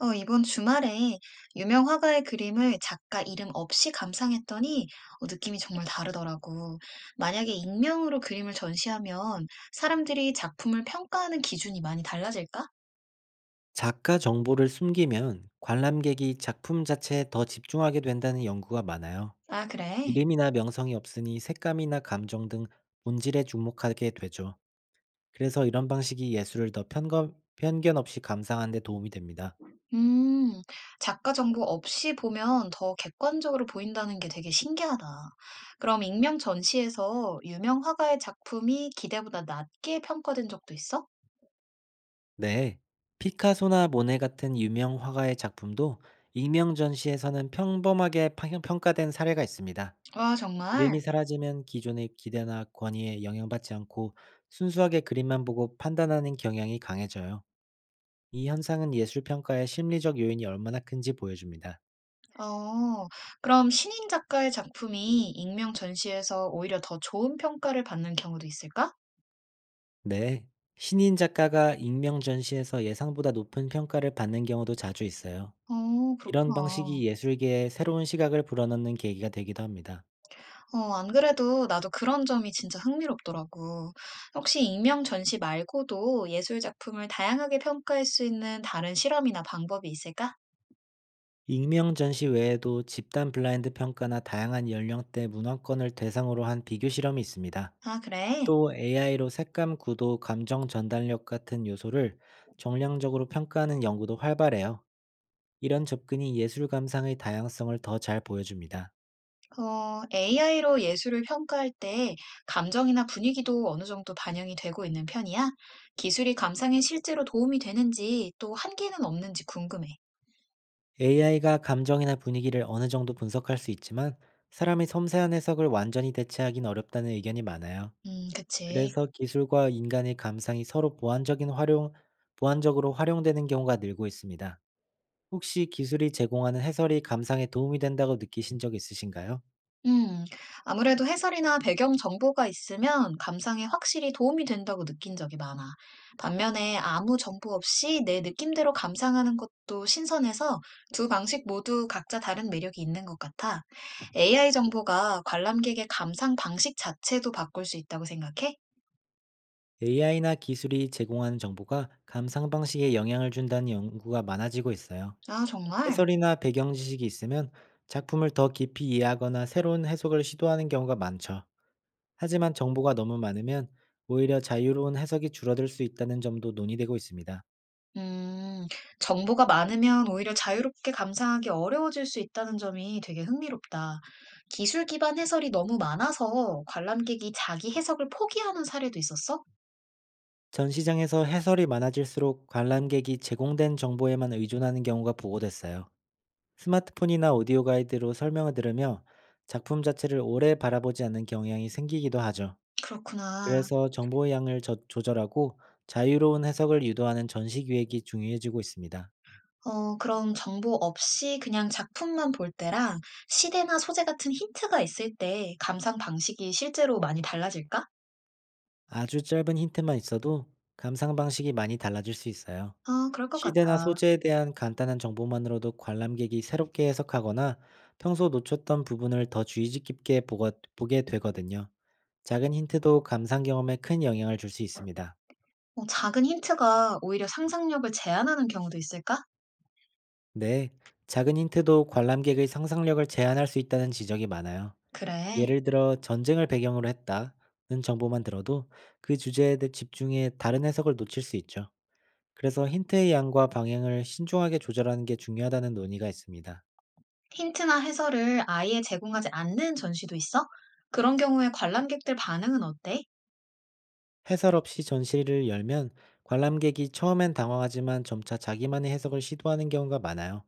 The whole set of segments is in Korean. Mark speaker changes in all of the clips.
Speaker 1: 이번 주말에 유명 화가의 그림을 작가 이름 없이 감상했더니 느낌이 정말 다르더라고. 만약에 익명으로 그림을 전시하면 사람들이 작품을 평가하는 기준이 많이 달라질까?
Speaker 2: 작가 정보를 숨기면 관람객이 작품 자체에 더 집중하게 된다는 연구가 많아요.
Speaker 1: 아, 그래.
Speaker 2: 이름이나 명성이 없으니 색감이나 감정 등 본질에 주목하게 되죠. 그래서 이런 방식이 예술을 더 편견 없이 감상하는 데 도움이 됩니다.
Speaker 1: 음, 작가 정보 없이 보면 더 객관적으로 보인다는 게 되게 신기하다. 그럼 익명 전시에서 유명 화가의 작품이 기대보다 낮게 평가된 적도 있어?
Speaker 2: 네. 피카소나 모네 같은 유명 화가의 작품도 익명 전시에서는 평범하게 평가된 사례가 있습니다.
Speaker 1: 와, 정말?
Speaker 2: 이름이 사라지면 기존의 기대나 권위에 영향받지 않고 순수하게 그림만 보고 판단하는 경향이 강해져요. 이 현상은 예술 평가의 심리적 요인이 얼마나 큰지 보여줍니다.
Speaker 1: 어, 그럼 신인 작가의 작품이 익명 전시에서 오히려 더 좋은 평가를 받는 경우도 있을까?
Speaker 2: 네. 신인 작가가 익명 전시에서 예상보다 높은 평가를 받는 경우도 자주 있어요.
Speaker 1: 어,
Speaker 2: 이런
Speaker 1: 그렇구나.
Speaker 2: 방식이 예술계에 새로운 시각을 불어넣는 계기가 되기도 합니다.
Speaker 1: 안 그래도 나도 그런 점이 진짜 흥미롭더라고. 혹시 익명 전시 말고도 예술 작품을 다양하게 평가할 수 있는 다른 실험이나 방법이 있을까?
Speaker 2: 익명 전시 외에도 집단 블라인드 평가나 다양한 연령대 문화권을 대상으로 한 비교 실험이 있습니다.
Speaker 1: 아, 그래.
Speaker 2: 또 AI로 색감 구도, 감정 전달력 같은 요소를 정량적으로 평가하는 연구도 활발해요. 이런 접근이 예술 감상의 다양성을 더 잘 보여줍니다.
Speaker 1: AI로 예술을 평가할 때 감정이나 분위기도 어느 정도 반영이 되고 있는 편이야? 기술이 감상에 실제로 도움이 되는지 또 한계는 없는지 궁금해.
Speaker 2: AI가 감정이나 분위기를 어느 정도 분석할 수 있지만 사람의 섬세한 해석을 완전히 대체하긴 어렵다는 의견이 많아요.
Speaker 1: 그치.
Speaker 2: 그래서 기술과 인간의 감상이 서로 보완적으로 활용되는 경우가 늘고 있습니다. 혹시 기술이 제공하는 해설이 감상에 도움이 된다고 느끼신 적 있으신가요?
Speaker 1: 음, 아무래도 해설이나 배경 정보가 있으면 감상에 확실히 도움이 된다고 느낀 적이 많아. 반면에 아무 정보 없이 내 느낌대로 감상하는 것도 신선해서 두 방식 모두 각자 다른 매력이 있는 것 같아. AI 정보가 관람객의 감상 방식 자체도 바꿀 수 있다고 생각해?
Speaker 2: AI나 기술이 제공하는 정보가 감상 방식에 영향을 준다는 연구가 많아지고 있어요.
Speaker 1: 아, 정말?
Speaker 2: 해설이나 배경 지식이 있으면 작품을 더 깊이 이해하거나 새로운 해석을 시도하는 경우가 많죠. 하지만 정보가 너무 많으면 오히려 자유로운 해석이 줄어들 수 있다는 점도 논의되고 있습니다.
Speaker 1: 음, 정보가 많으면 오히려 자유롭게 감상하기 어려워질 수 있다는 점이 되게 흥미롭다. 기술 기반 해설이 너무 많아서 관람객이 자기 해석을 포기하는 사례도 있었어?
Speaker 2: 전시장에서 해설이 많아질수록 관람객이 제공된 정보에만 의존하는 경우가 보고됐어요. 스마트폰이나 오디오 가이드로 설명을 들으며 작품 자체를 오래 바라보지 않는 경향이 생기기도 하죠.
Speaker 1: 그렇구나.
Speaker 2: 그래서 정보의 양을 조절하고 자유로운 해석을 유도하는 전시 기획이 중요해지고 있습니다.
Speaker 1: 그럼 정보 없이 그냥 작품만 볼 때랑 시대나 소재 같은 힌트가 있을 때 감상 방식이 실제로 많이 달라질까?
Speaker 2: 아주 짧은 힌트만 있어도 감상 방식이 많이 달라질 수 있어요.
Speaker 1: 아, 그럴 것 같아.
Speaker 2: 시대나 소재에 대한 간단한 정보만으로도 관람객이 새롭게 해석하거나 평소 놓쳤던 부분을 더 주의 깊게 보게 되거든요. 작은 힌트도 감상 경험에 큰 영향을 줄 수 있습니다.
Speaker 1: 작은 힌트가 오히려 상상력을 제한하는 경우도 있을까?
Speaker 2: 네, 작은 힌트도 관람객의 상상력을 제한할 수 있다는 지적이 많아요.
Speaker 1: 그래.
Speaker 2: 예를 들어 전쟁을 배경으로 했다는 정보만 들어도 그 주제에 대해 집중해 다른 해석을 놓칠 수 있죠. 그래서 힌트의 양과 방향을 신중하게 조절하는 게 중요하다는 논의가 있습니다.
Speaker 1: 힌트나 해설을 아예 제공하지 않는 전시도 있어? 그런 경우에 관람객들 반응은 어때?
Speaker 2: 해설 없이 전시를 열면 관람객이 처음엔 당황하지만 점차 자기만의 해석을 시도하는 경우가 많아요.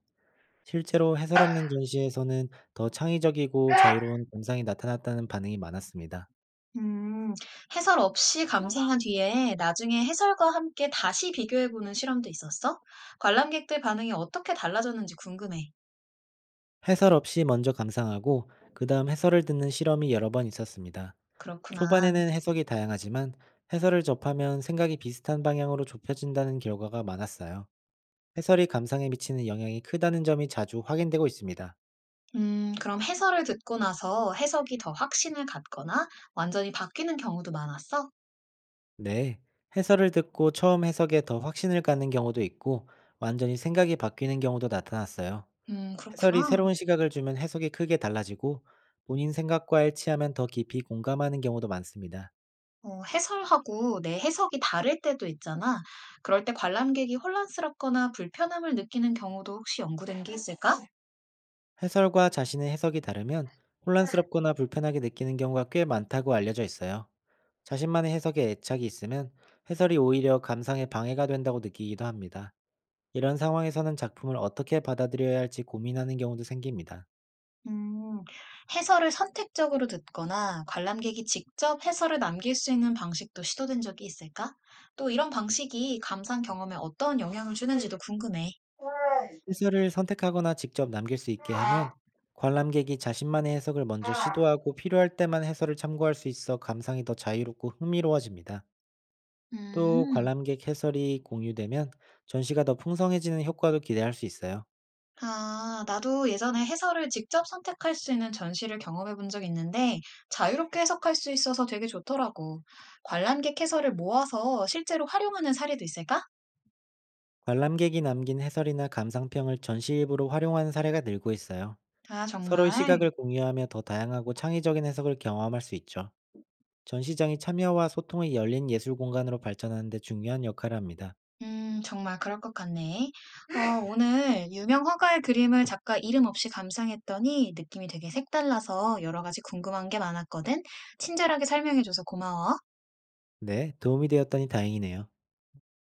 Speaker 2: 실제로 해설 없는 전시에서는 더 창의적이고 자유로운 감상이 나타났다는 반응이 많았습니다.
Speaker 1: 음, 해설 없이 감상한 뒤에 나중에 해설과 함께 다시 비교해보는 실험도 있었어? 관람객들 반응이 어떻게 달라졌는지 궁금해.
Speaker 2: 해설 없이 먼저 감상하고 그 다음 해설을 듣는 실험이 여러 번 있었습니다.
Speaker 1: 그렇구나.
Speaker 2: 초반에는 해석이 다양하지만 해설을 접하면 생각이 비슷한 방향으로 좁혀진다는 결과가 많았어요. 해설이 감상에 미치는 영향이 크다는 점이 자주 확인되고 있습니다.
Speaker 1: 그럼 해설을 듣고 나서 해석이 더 확신을 갖거나 완전히 바뀌는 경우도 많았어?
Speaker 2: 네, 해설을 듣고 처음 해석에 더 확신을 갖는 경우도 있고, 완전히 생각이 바뀌는 경우도 나타났어요. 해설이
Speaker 1: 그렇구나.
Speaker 2: 새로운 시각을 주면 해석이 크게 달라지고, 본인 생각과 일치하면 더 깊이 공감하는 경우도 많습니다.
Speaker 1: 어 해설하고 내 해석이 다를 때도 있잖아. 그럴 때 관람객이 혼란스럽거나 불편함을 느끼는 경우도 혹시 연구된 게 있을까?
Speaker 2: 해설과 자신의 해석이 다르면 혼란스럽거나 불편하게 느끼는 경우가 꽤 많다고 알려져 있어요. 자신만의 해석에 애착이 있으면 해설이 오히려 감상에 방해가 된다고 느끼기도 합니다. 이런 상황에서는 작품을 어떻게 받아들여야 할지 고민하는 경우도 생깁니다.
Speaker 1: 음, 해설을 선택적으로 듣거나 관람객이 직접 해설을 남길 수 있는 방식도 시도된 적이 있을까? 또 이런 방식이 감상 경험에 어떤 영향을 주는지도 궁금해.
Speaker 2: 해설을 선택하거나 직접 남길 수 있게 하면 관람객이 자신만의 해석을 먼저 시도하고 필요할 때만 해설을 참고할 수 있어 감상이 더 자유롭고 흥미로워집니다. 또
Speaker 1: 음.
Speaker 2: 관람객 해설이 공유되면 전시가 더 풍성해지는 효과도 기대할 수 있어요.
Speaker 1: 아, 나도 예전에 해설을 직접 선택할 수 있는 전시를 경험해 본 적 있는데 자유롭게 해석할 수 있어서 되게 좋더라고. 관람객 해설을 모아서 실제로 활용하는 사례도 있을까?
Speaker 2: 관람객이 남긴 해설이나 감상평을 전시 일부로 활용하는 사례가 늘고 있어요.
Speaker 1: 아,
Speaker 2: 서로의
Speaker 1: 정말?
Speaker 2: 시각을 공유하며 더 다양하고 창의적인 해석을 경험할 수 있죠. 전시장이 참여와 소통이 열린 예술 공간으로 발전하는 데 중요한 역할을 합니다.
Speaker 1: 정말 그럴 것 같네. 오늘 유명 화가의 그림을 작가 이름 없이 감상했더니 느낌이 되게 색달라서 여러 가지 궁금한 게 많았거든. 친절하게 설명해줘서 고마워.
Speaker 2: 네, 도움이 되었다니 다행이네요.